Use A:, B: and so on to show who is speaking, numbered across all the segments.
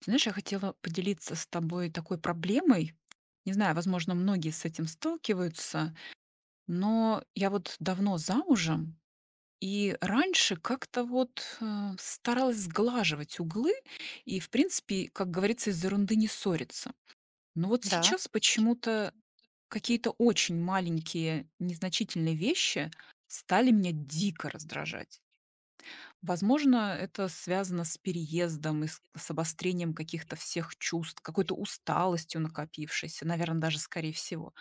A: Ты знаешь, я хотела поделиться с тобой такой проблемой. Не знаю, возможно, многие с этим сталкиваются, но я вот давно замужем, и раньше как-то вот старалась сглаживать углы и, в принципе, как говорится, из ерунды не ссориться. Но вот
B: Да,
A: сейчас почему-то какие-то очень маленькие, незначительные вещи стали меня дико раздражать. Возможно, это связано с переездом и с обострением каких-то всех чувств, какой-то усталостью накопившейся, наверное, даже скорее всего.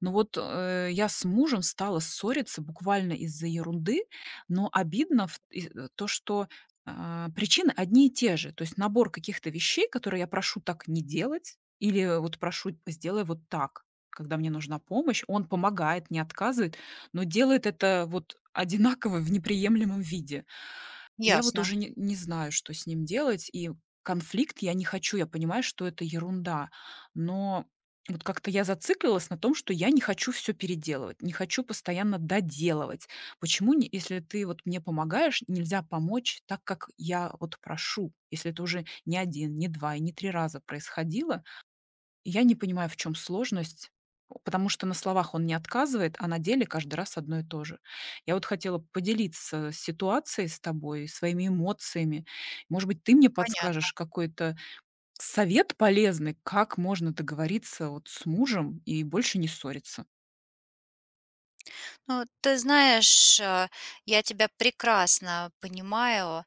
A: Но вот, я с мужем стала ссориться буквально из-за ерунды, но обидно то, что, причины одни и те же. То есть набор каких-то вещей, которые я прошу так не делать или вот прошу: "Сделай вот так", когда мне нужна помощь. Он помогает, не отказывает, но делает это вот одинаково в неприемлемом виде. И я вот
B: ясно,
A: уже не знаю, что с ним делать, и конфликт я не хочу. Я понимаю, что это ерунда, но вот как-то я зациклилась на том, что я не хочу все переделывать, не хочу постоянно доделывать. Почему не если ты вот мне помогаешь, нельзя помочь так, как я вот прошу? Если это уже не один, не 2 и не 3 раза происходило, я не понимаю, в чем сложность, потому что на словах он не отказывает, а на деле каждый раз одно и то же. Я вот хотела поделиться ситуацией с тобой, своими эмоциями. Может быть, ты мне
B: понятно.
A: подскажешь какой-то совет полезный, как можно договориться вот с мужем и больше не ссориться?
B: Ну, ты знаешь, я тебя прекрасно понимаю.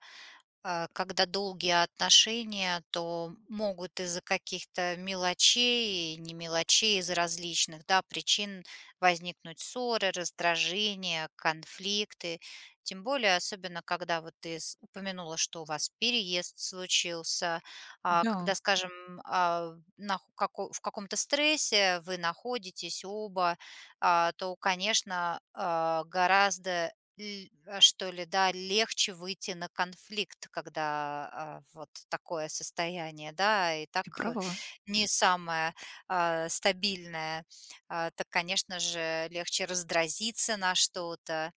B: Когда долгие отношения, то могут из-за каких-то мелочей, не мелочей, из различных, да, причин возникнуть ссоры, раздражения, конфликты. Тем более, особенно, когда вот упомянула, что у вас переезд случился,
A: Да,
B: когда, скажем, а, в каком-то стрессе вы находитесь оба, то, конечно, гораздо что ли, да, легче выйти на конфликт, когда, вот такое состояние, да, и
A: ты
B: так,
A: права.
B: не самое, стабильное. Так, конечно же, легче раздразиться на что-то.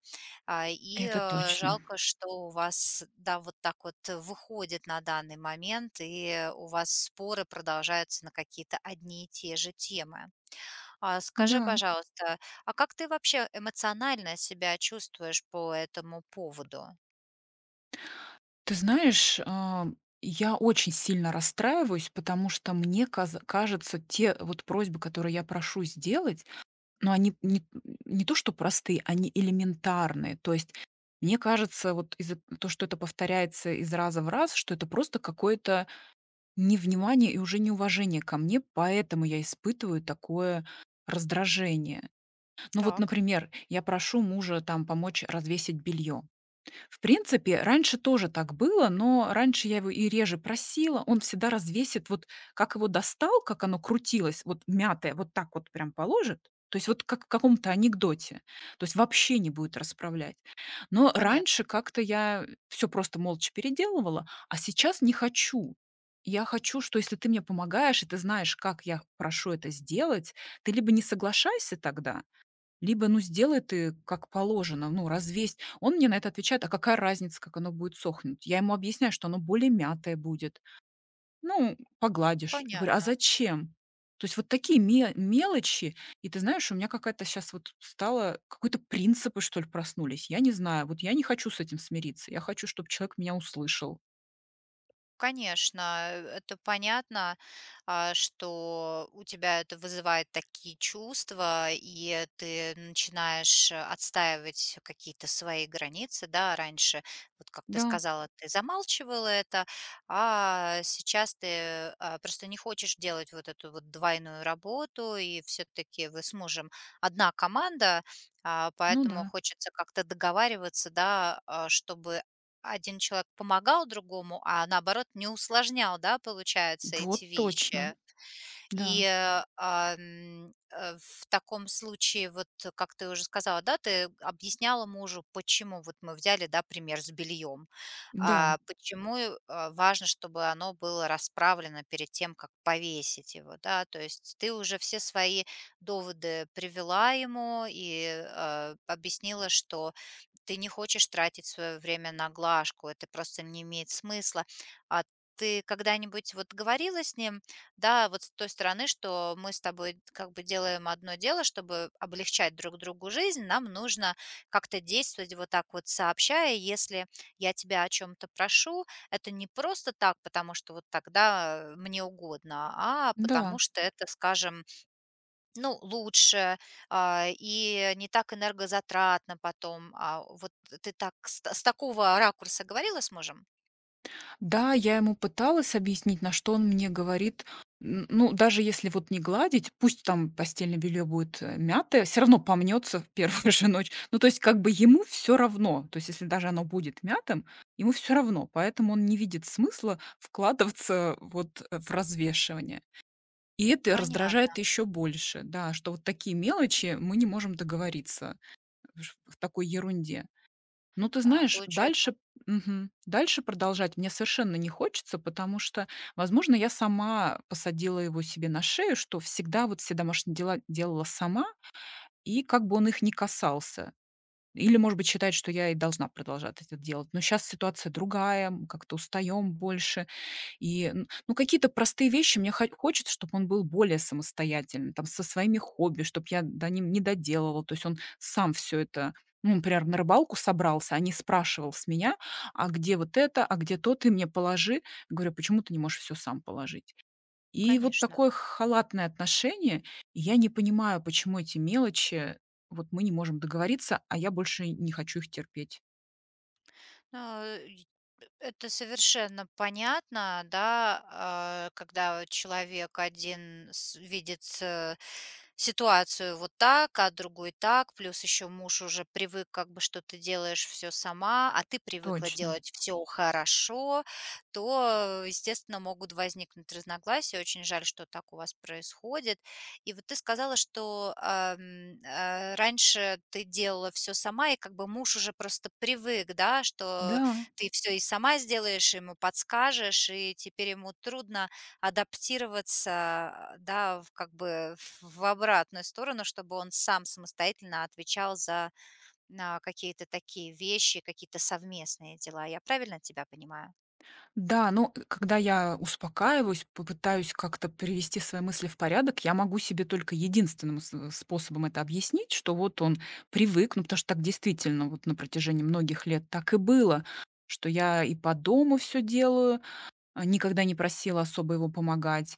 A: Это точно.
B: Жалко, что у вас, да, вот так вот выходит на данный момент, и у вас споры продолжаются на какие-то одни и те же темы. А скажи,
A: Да.
B: пожалуйста, а как ты вообще эмоционально себя чувствуешь по этому поводу?
A: Ты знаешь, я очень сильно расстраиваюсь, потому что мне каз кажется, те вот просьбы, которые я прошу сделать, но они не не то что простые, они элементарные. То есть, мне кажется, вот из-за то, что это повторяется из раза в раз, что это просто какое-то невнимание и уже неуважение ко мне, поэтому я испытываю такое раздражение. Ну вот,
B: Так,
A: например, я прошу мужа там помочь развесить белье. В принципе, раньше тоже так было, но раньше я его и реже просила. Он всегда развесит, вот как его достал, как оно крутилось, вот мятое, вот так вот прям положит. То есть вот как в каком-то анекдоте. То есть вообще не будет расправлять. Но
B: понятно.
A: раньше как-то я все просто молча переделывала, а сейчас не хочу. Я хочу, что если ты мне помогаешь, и ты знаешь, как я прошу это сделать, ты либо не соглашайся тогда, либо, ну, сделай ты как положено, ну, развесь. Он мне на это отвечает: "А какая разница, как оно будет сохнуть?" Я ему объясняю, что оно более мятое будет. Ну, погладишь. Я говорю: "А
B: Понятно.
A: зачем?" То есть вот такие ме мелочи. И ты знаешь, у меня какая-то сейчас вот стала какой-то принципы, что ли, проснулись. Я не знаю. Вот я не хочу с этим смириться. Я хочу, чтобы человек меня услышал.
B: Конечно, это понятно, что у тебя это вызывает такие чувства, и ты начинаешь отстаивать какие-то свои границы, да, раньше, вот как ты
A: Да,
B: сказала, ты замалчивала это, а сейчас ты просто не хочешь делать вот эту вот двойную работу, и все-таки вы с мужем одна команда,
A: ну да.
B: поэтому хочется как-то договариваться, да, чтобы один человек помогал другому, а наоборот не усложнял, да, получается, эти
A: Вот
B: вещи.
A: точно. Да,
B: В таком случае, вот, как ты уже сказала, да, ты объясняла мужу, почему, вот мы взяли, да, пример с бельем,
A: да,
B: а, почему, важно, чтобы оно было расправлено перед тем, как повесить его, да, то есть ты уже все свои доводы привела ему и, объяснила, что ты не хочешь тратить свое время на глажку, это просто не имеет смысла. А ты когда-нибудь вот говорила с ним, да, вот с той стороны, что мы с тобой как бы делаем одно дело, чтобы облегчать друг другу жизнь, нам нужно как-то действовать вот так вот сообщая, если я тебя о чем-то прошу, это не просто так, потому что вот тогда мне угодно, а потому
A: да.
B: что это, скажем, ну, лучше и не так энергозатратно потом. А вот ты так с такого ракурса говорила с мужем?
A: Да, я ему пыталась объяснить, на что он мне говорит, н ну, даже если вот не гладить, пусть там постельное белье будет, мятое, все равно помнется в первую же ночь. Ну, то есть как бы ему все равно. То есть если даже оно будет мятым, ему все равно. Поэтому он не видит смысла вкладываться вот, в развешивание. И это
B: Понятно,
A: раздражает еще больше, да, что вот такие мелочи, мы не можем договориться в такой ерунде. Ну, ты
B: да,
A: знаешь,
B: получается,
A: дальше мгм, дальше продолжать мне совершенно не хочется, потому что, возможно, я сама посадила его себе на шею, что всегда вот все домашние дела делала сама, и как бы он их не касался. Или, может быть, считает, что я и должна продолжать это делать. Но сейчас ситуация другая, как-то устаем больше. И, н ну, какие-то простые вещи мне хо хочется, чтоб он был более самостоятельным, там, со своими хобби, чтобы я до ним не доделывала. То есть он сам все это ну, например, на рыбалку собрался, а не спрашивал с меня: "А где вот это? А где то? Ты мне положи". Говорю: "Почему ты не можешь все сам положить?" И вот
B: конечно.
A: такое халатное отношение. И я не понимаю, почему эти мелочи, вот мы не можем договориться, а я больше не хочу их терпеть.
B: Ну, это совершенно понятно, да, когда вот человек один видит ситуацию вот так, а другой так, плюс еще муж уже привык, как бы, что ты делаешь все сама, а ты привыкла
A: Точно.
B: делать все хорошо, то, естественно, могут возникнуть разногласия. Очень жаль, что так у вас происходит. И вот ты сказала, что раньше ты делала все сама, и как бы муж уже просто привык, да, что
A: Да.
B: ты все и сама сделаешь, ему подскажешь, и теперь ему трудно адаптироваться, да, в как бы в обратную сторону, чтобы он сам самостоятельно отвечал за, какие-то такие вещи, какие-то совместные дела. Я правильно тебя понимаю?
A: Да, но когда я успокаиваюсь, попытаюсь как-то привести свои мысли в порядок, я могу себе только единственным способом это объяснить, что вот он привык, ну, потому что так действительно вот на протяжении многих лет так и было, что я и по дому все делаю, никогда не просила особо его помогать.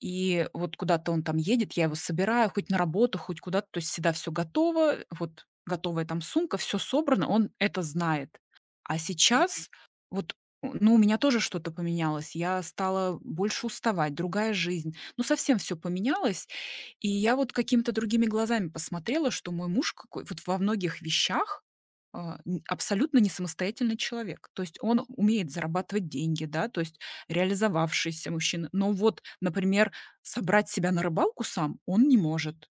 A: И вот куда-то он там едет, я его собираю, хоть на работу, хоть куда-то, то есть всегда все готово, вот готовая там сумка, все собрано, он это знает. А
B: Мгм.
A: сейчас вот, у меня тоже что-то поменялось, я стала больше уставать, другая жизнь, ну, совсем все поменялось. И я вот какими-то другими глазами посмотрела, что мой муж какой вот во многих вещах, а, н абсолютно не самостоятельный человек. То есть он умеет зарабатывать деньги, да, то есть реализовавшийся мужчина. Но вот, например, собрать себя на рыбалку сам он не может.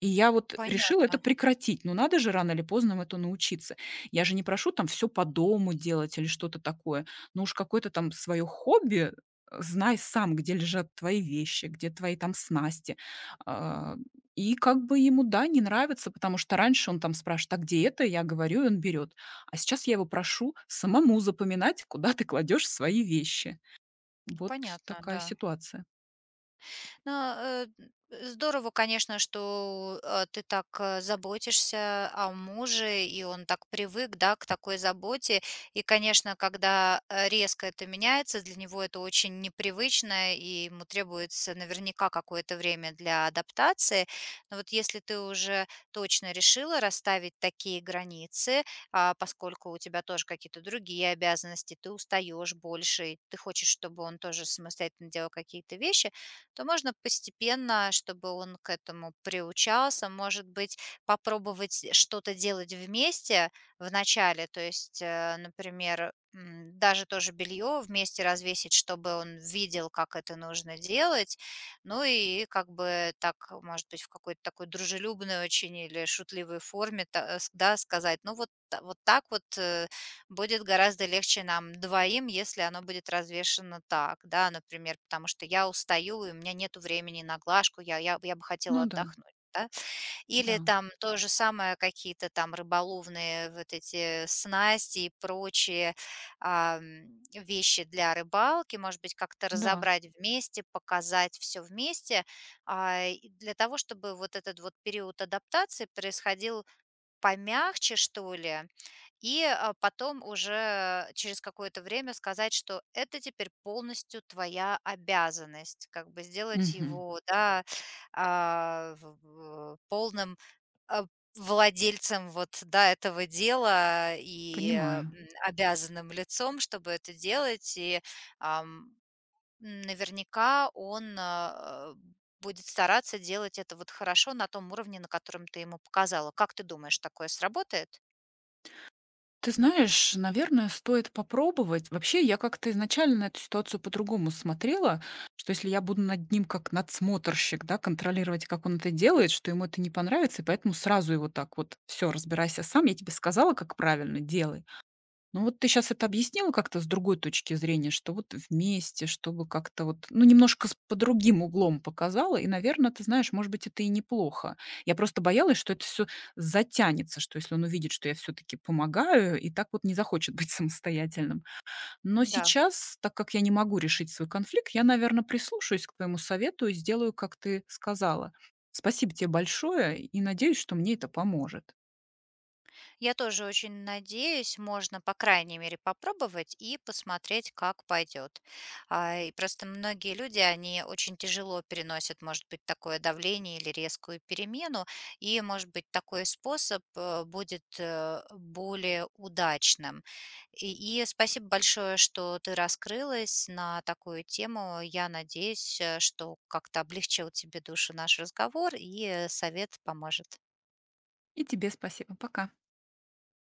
A: И я вот решила
B: Понятно,
A: это прекратить. Ну, надо же рано или поздно им это научиться. Я же не прошу там все по дому делать или что-то такое. Ну уж какое-то там свое хобби, знай сам, где лежат твои вещи, где твои там снасти. А, и как бы ему, да, не нравится, потому что раньше он там спрашивает: "А где это?" Я говорю, и он берет. А сейчас я его прошу самому запоминать, куда ты кладешь свои вещи. Вот
B: понятно,
A: такая
B: да.
A: ситуация.
B: Ну, здорово, конечно, что, ты так, заботишься о муже, и он так привык, да, к такой заботе. И, конечно, когда, резко это меняется, для него это очень непривычно, и ему требуется наверняка какое-то время для адаптации. Но вот если ты уже точно решила расставить такие границы, а поскольку у тебя тоже какие-то другие обязанности, ты устаешь больше, и ты хочешь, чтобы он тоже самостоятельно делал какие-то вещи, то можно постепенно, чтобы он к этому приучался, может быть, попробовать что-то делать вместе в начале, то есть, например, даже тоже белье вместе развесить, чтобы он видел, как это нужно делать, ну и как бы так, может быть, в какой-то такой дружелюбной очень или шутливой форме, да, сказать, ну вот, вот так вот будет гораздо легче нам двоим, если оно будет развешено так, да, например, потому что я устаю, и у меня нету времени на глажку, я бы хотела
A: Ну да,
B: отдохнуть. Да? Или
A: да,
B: там то же самое, какие-то там рыболовные вот эти снасти и прочие вещи для рыбалки, может быть, как-то
A: да.
B: разобрать вместе, показать все вместе, и для того, чтобы вот этот вот период адаптации происходил помягче, что ли, и, потом уже через какое-то время сказать, что это теперь полностью твоя обязанность, как бы сделать
A: Мгм.
B: его, да, в полным, а, владельцем вот, да, этого дела и,
A: Понимаю.
B: обязанным лицом, чтобы это делать. Ам, Наверняка он, будет стараться делать это вот хорошо на том уровне, на котором ты ему показала. Как ты думаешь, такое сработает?
A: Ты знаешь, наверное, стоит попробовать. Вообще, я как-то изначально на эту ситуацию по-другому смотрела, что если я буду над ним как надсмотрщик, да, контролировать, как он это делает, что ему это не понравится, и поэтому сразу его так вот, все, разбирайся сам, я тебе сказала, как правильно, делай. Ну вот ты сейчас это объяснила как-то с другой точки зрения, что вот вместе, чтобы как-то вот, ну, немножко с по другим углом показала. И, наверное, ты знаешь, может быть, это и неплохо. Я просто боялась, что это все затянется, что если он увидит, что я все таки помогаю, и так вот не захочет быть самостоятельным. Но
B: Да.
A: сейчас, так как я не могу решить свой конфликт, я, наверное, прислушаюсь к твоему совету и сделаю, как ты сказала. Спасибо тебе большое, и надеюсь, что мне это поможет.
B: Я тоже очень надеюсь, можно, по крайней мере, попробовать и посмотреть, как пойдет. А, и просто многие люди, они очень тяжело переносят, может быть, такое давление или резкую перемену, и, может быть, такой способ будет более удачным. И спасибо большое, что ты раскрылась на такую тему. Я надеюсь, что как-то облегчил тебе душу наш разговор, и совет поможет.
A: И тебе спасибо. Пока.